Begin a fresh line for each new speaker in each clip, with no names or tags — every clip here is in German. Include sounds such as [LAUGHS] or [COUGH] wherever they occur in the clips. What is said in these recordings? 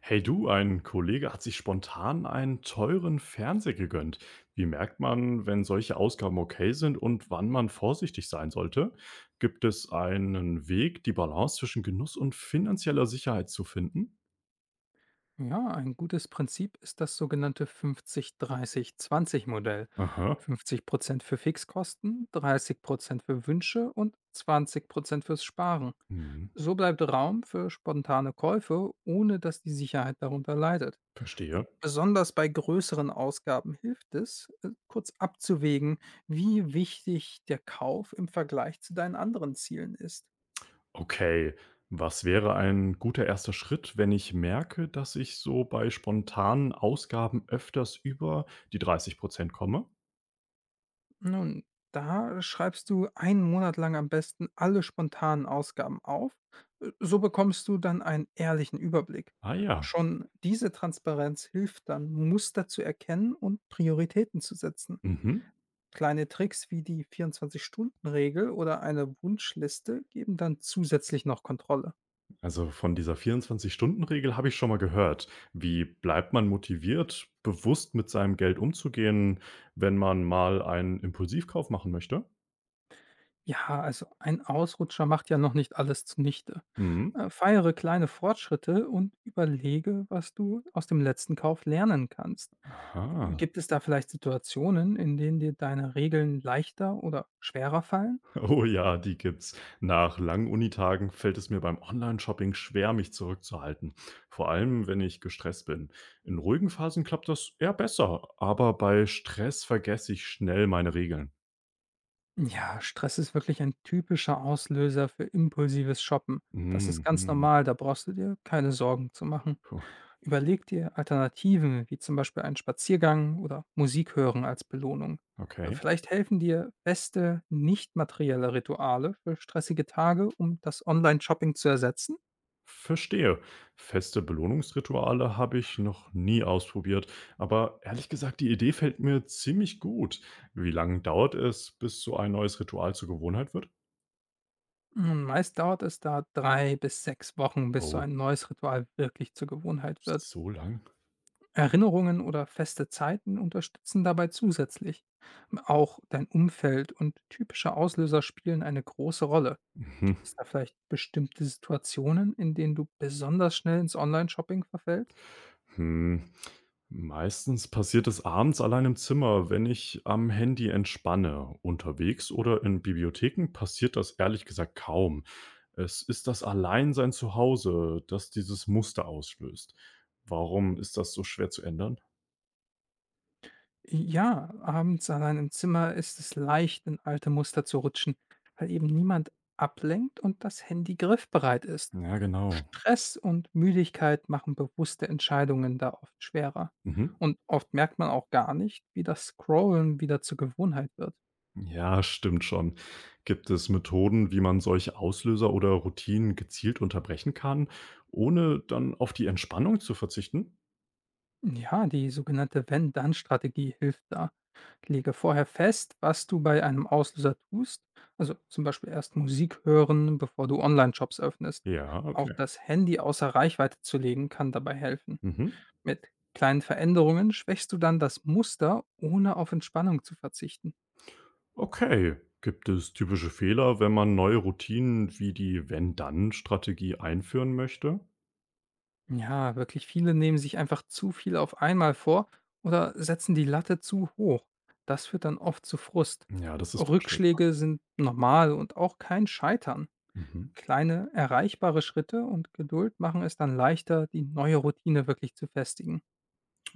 Hey du, ein Kollege hat sich spontan einen teuren Fernseher gegönnt. Wie merkt man, wenn solche Ausgaben okay sind und wann man vorsichtig sein sollte? Gibt es einen Weg, die Balance zwischen Genuss und finanzieller Sicherheit zu finden?
Ja, ein gutes Prinzip ist das sogenannte 50-30-20-Modell.
Aha.
50% für Fixkosten, 30% für Wünsche und 20% fürs Sparen.
Hm.
So bleibt Raum für spontane Käufe, ohne dass die Sicherheit darunter leidet.
Verstehe.
Besonders bei größeren Ausgaben hilft es, kurz abzuwägen, wie wichtig der Kauf im Vergleich zu deinen anderen Zielen ist.
Okay, was wäre ein guter erster Schritt, wenn ich merke, dass ich bei spontanen Ausgaben öfters über die 30% komme?
Nun, da schreibst du einen Monat lang am besten alle spontanen Ausgaben auf. So bekommst du dann einen ehrlichen Überblick.
Ah ja,
Schon diese Transparenz hilft dann, Muster zu erkennen und Prioritäten zu setzen.
mhm.
Kleine Tricks wie die 24-Stunden-Regel oder eine Wunschliste geben dann zusätzlich noch Kontrolle.
Also von dieser 24-Stunden-Regel habe ich schon mal gehört. Wie bleibt man motiviert, bewusst mit seinem Geld umzugehen, wenn man mal einen Impulsivkauf machen möchte?
Ja, also ein Ausrutscher macht ja noch nicht alles zunichte.
Mhm.
Feiere kleine Fortschritte und überlege, was du aus dem letzten Kauf lernen kannst.
Aha. [LAUGHS]
Gibt es da vielleicht Situationen, in denen dir deine Regeln leichter oder schwerer fallen?
Oh ja, die gibt's. Nach langen Unitagen fällt es mir beim Online-Shopping schwer, mich zurückzuhalten. Vor allem, wenn ich gestresst bin. In ruhigen Phasen klappt das eher besser, aber bei Stress vergesse ich schnell meine Regeln.
Ja, Stress ist wirklich ein typischer Auslöser für impulsives Shoppen. Das ist ganz
Mhm.
normal, da brauchst du dir keine Sorgen zu machen.
Puh,
Überleg dir Alternativen, wie zum Beispiel einen Spaziergang oder Musik hören als Belohnung.
okay.
Vielleicht helfen dir feste, nicht materielle Rituale für stressige Tage, um das Online-Shopping zu ersetzen.
Verstehe. Feste Belohnungsrituale habe ich noch nie ausprobiert, aber ehrlich gesagt, die Idee fällt mir ziemlich gut. Wie lange dauert es, bis so ein neues Ritual zur Gewohnheit wird?
Hm, meist dauert es da 3 bis 6 Wochen, bis so
Oh,
ein neues Ritual wirklich zur Gewohnheit wird.
so lang?
Erinnerungen oder feste Zeiten unterstützen dabei zusätzlich. Auch dein Umfeld und typische Auslöser spielen eine große Rolle.
Mhm.
Gibt es da vielleicht bestimmte Situationen, in denen du besonders schnell ins Online-Shopping verfällst?
Hm. Meistens passiert es abends allein im Zimmer, wenn ich am Handy entspanne. Unterwegs oder in Bibliotheken passiert das ehrlich gesagt kaum. Es ist das Alleinsein zu Hause, das dieses Muster auslöst. Warum ist das so schwer zu ändern?
Ja, abends allein im Zimmer ist es leicht, in alte Muster zu rutschen, weil eben niemand ablenkt und das Handy griffbereit ist.
Ja, genau.
Stress und Müdigkeit machen bewusste Entscheidungen da oft schwerer.
Mhm.
Und oft merkt man auch gar nicht, wie das Scrollen wieder zur Gewohnheit wird.
Ja, stimmt schon. Gibt es Methoden, wie man solche Auslöser oder Routinen gezielt unterbrechen kann, ohne dann auf die Entspannung zu verzichten?
Ja, die sogenannte Wenn-Dann-Strategie hilft da. Lege vorher fest, was du bei einem Auslöser tust. Also zum Beispiel erst Musik hören, bevor du Online-Shops öffnest.
Ja,
Auch
okay.
das Handy außer Reichweite zu legen kann dabei helfen.
Mhm.
Mit kleinen Veränderungen schwächst du dann das Muster, ohne auf Entspannung zu verzichten.
Okay. Gibt es typische Fehler, wenn man neue Routinen wie die Wenn-Dann-Strategie einführen möchte?
Ja, wirklich viele nehmen sich einfach zu viel auf einmal vor oder setzen die Latte zu hoch. Das führt dann oft zu Frust.
Ja, das ist vorstellbar.
Rückschläge sind normal und auch kein Scheitern.
Mhm.
Kleine, erreichbare Schritte und Geduld machen es dann leichter, die neue Routine wirklich zu festigen.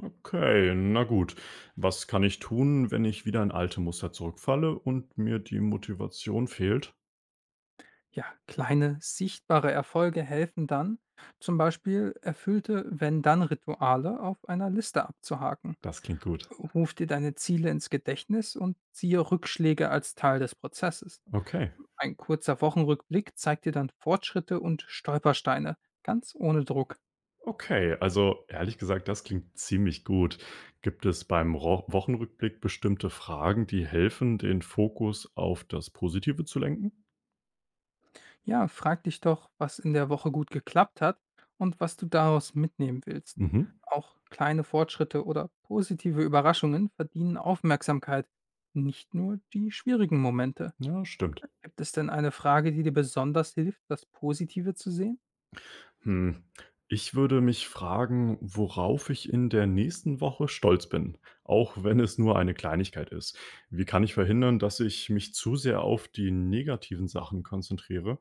Okay, na gut. Was kann ich tun, wenn ich wieder in alte Muster zurückfalle und mir die Motivation fehlt?
Ja, kleine, sichtbare Erfolge helfen dann, zum Beispiel erfüllte Wenn-Dann-Rituale auf einer Liste abzuhaken.
Das klingt gut.
Ruf dir deine Ziele ins Gedächtnis und ziehe Rückschläge als Teil des Prozesses.
Okay.
Ein kurzer Wochenrückblick zeigt dir dann Fortschritte und Stolpersteine, ganz ohne Druck.
Okay, also ehrlich gesagt, das klingt ziemlich gut. Gibt es beim Ro Wochenrückblick bestimmte Fragen, die helfen, den Fokus auf das Positive zu lenken?
Ja, frag dich doch, was in der Woche gut geklappt hat und was du daraus mitnehmen willst.
Mhm.
Auch kleine Fortschritte oder positive Überraschungen verdienen Aufmerksamkeit, nicht nur die schwierigen Momente.
Ja, stimmt.
Gibt es denn eine Frage, die dir besonders hilft, das Positive zu sehen?
Hm. Ich würde mich fragen, worauf ich in der nächsten Woche stolz bin, auch wenn es nur eine Kleinigkeit ist. Wie kann ich verhindern, dass ich mich zu sehr auf die negativen Sachen konzentriere?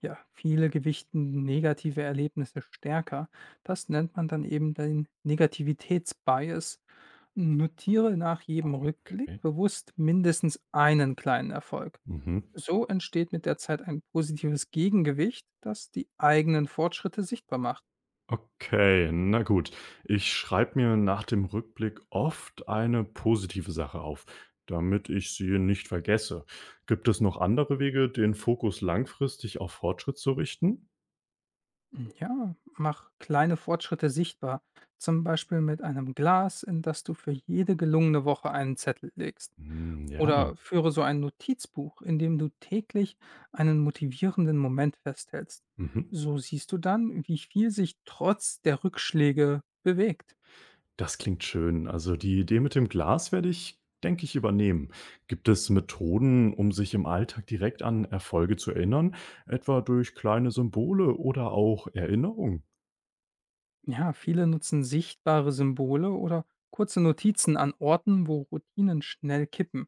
Ja, viele gewichten negative Erlebnisse stärker. Das nennt man dann eben den Negativitätsbias. Notiere nach jedem Rückblick
Okay.
bewusst mindestens einen kleinen Erfolg.
Mhm.
So entsteht mit der Zeit ein positives Gegengewicht, das die eigenen Fortschritte sichtbar macht.
Okay, na gut. Ich schreibe mir nach dem Rückblick oft eine positive Sache auf, damit ich sie nicht vergesse. Gibt es noch andere Wege, den Fokus langfristig auf Fortschritt zu richten?
Ja, mach kleine Fortschritte sichtbar, zum Beispiel mit einem Glas, in das du für jede gelungene Woche einen Zettel legst.
Hm, ja, ja.
Oder führe so ein Notizbuch, in dem du täglich einen motivierenden Moment festhältst.
Mhm.
So siehst du dann, wie viel sich trotz der Rückschläge bewegt.
Das klingt schön. Also die Idee mit dem Glas werde ich, denke ich, übernehmen. Gibt es Methoden, um sich im Alltag direkt an Erfolge zu erinnern, etwa durch kleine Symbole oder auch Erinnerungen?
Ja, viele nutzen sichtbare Symbole oder kurze Notizen an Orten, wo Routinen schnell kippen,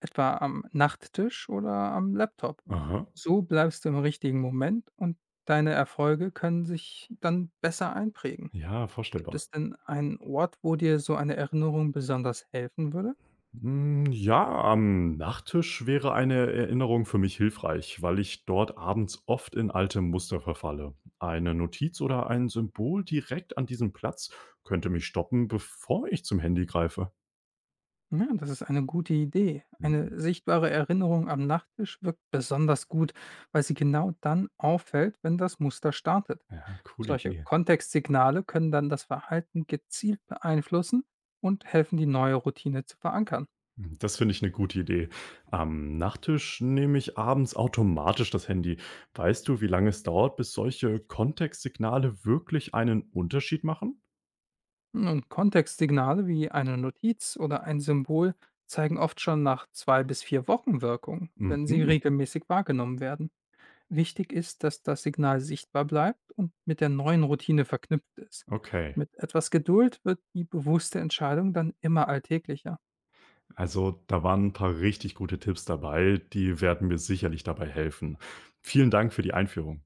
etwa am Nachttisch oder am Laptop.
Aha.
So bleibst du im richtigen Moment und deine Erfolge können sich dann besser einprägen.
Ja,
Gibt
vorstellbar.
es denn einen Ort, wo dir so eine Erinnerung besonders helfen würde?
Hm, ja, am Nachttisch wäre eine Erinnerung für mich hilfreich, weil ich dort abends oft in alte Muster verfalle. Eine Notiz oder ein Symbol direkt an diesem Platz könnte mich stoppen, bevor ich zum Handy greife.
Ja, das ist eine gute Idee.
Mhm.
Eine sichtbare Erinnerung am Nachttisch wirkt besonders gut, weil sie genau dann auffällt, wenn das Muster startet.
Ja, coole
Solche
Idee.
Kontextsignale können dann das Verhalten gezielt beeinflussen und helfen, die neue Routine zu verankern.
Mhm, das finde ich eine gute Idee. Am Nachttisch nehme ich abends automatisch das Handy. Weißt du, wie lange es dauert, bis solche Kontextsignale wirklich einen Unterschied machen?
Und Kontextsignale wie eine Notiz oder ein Symbol zeigen oft schon nach zwei bis vier Wochen Wirkung, wenn sie
Mhm,
regelmäßig wahrgenommen werden. Wichtig ist, dass das Signal sichtbar bleibt und mit der neuen Routine verknüpft ist.
okay.
Mit etwas Geduld wird die bewusste Entscheidung dann immer alltäglicher.
Also, da waren ein paar richtig gute Tipps dabei, die werden mir sicherlich dabei helfen. Vielen Dank für die Einführung.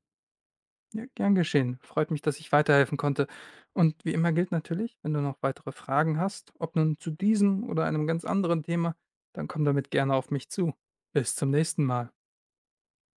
Ja, gern geschehen. Freut mich, dass ich weiterhelfen konnte. Und wie immer gilt natürlich, wenn du noch weitere Fragen hast, ob nun zu diesem oder einem ganz anderen Thema, dann komm damit gerne auf mich zu. Bis zum nächsten Mal.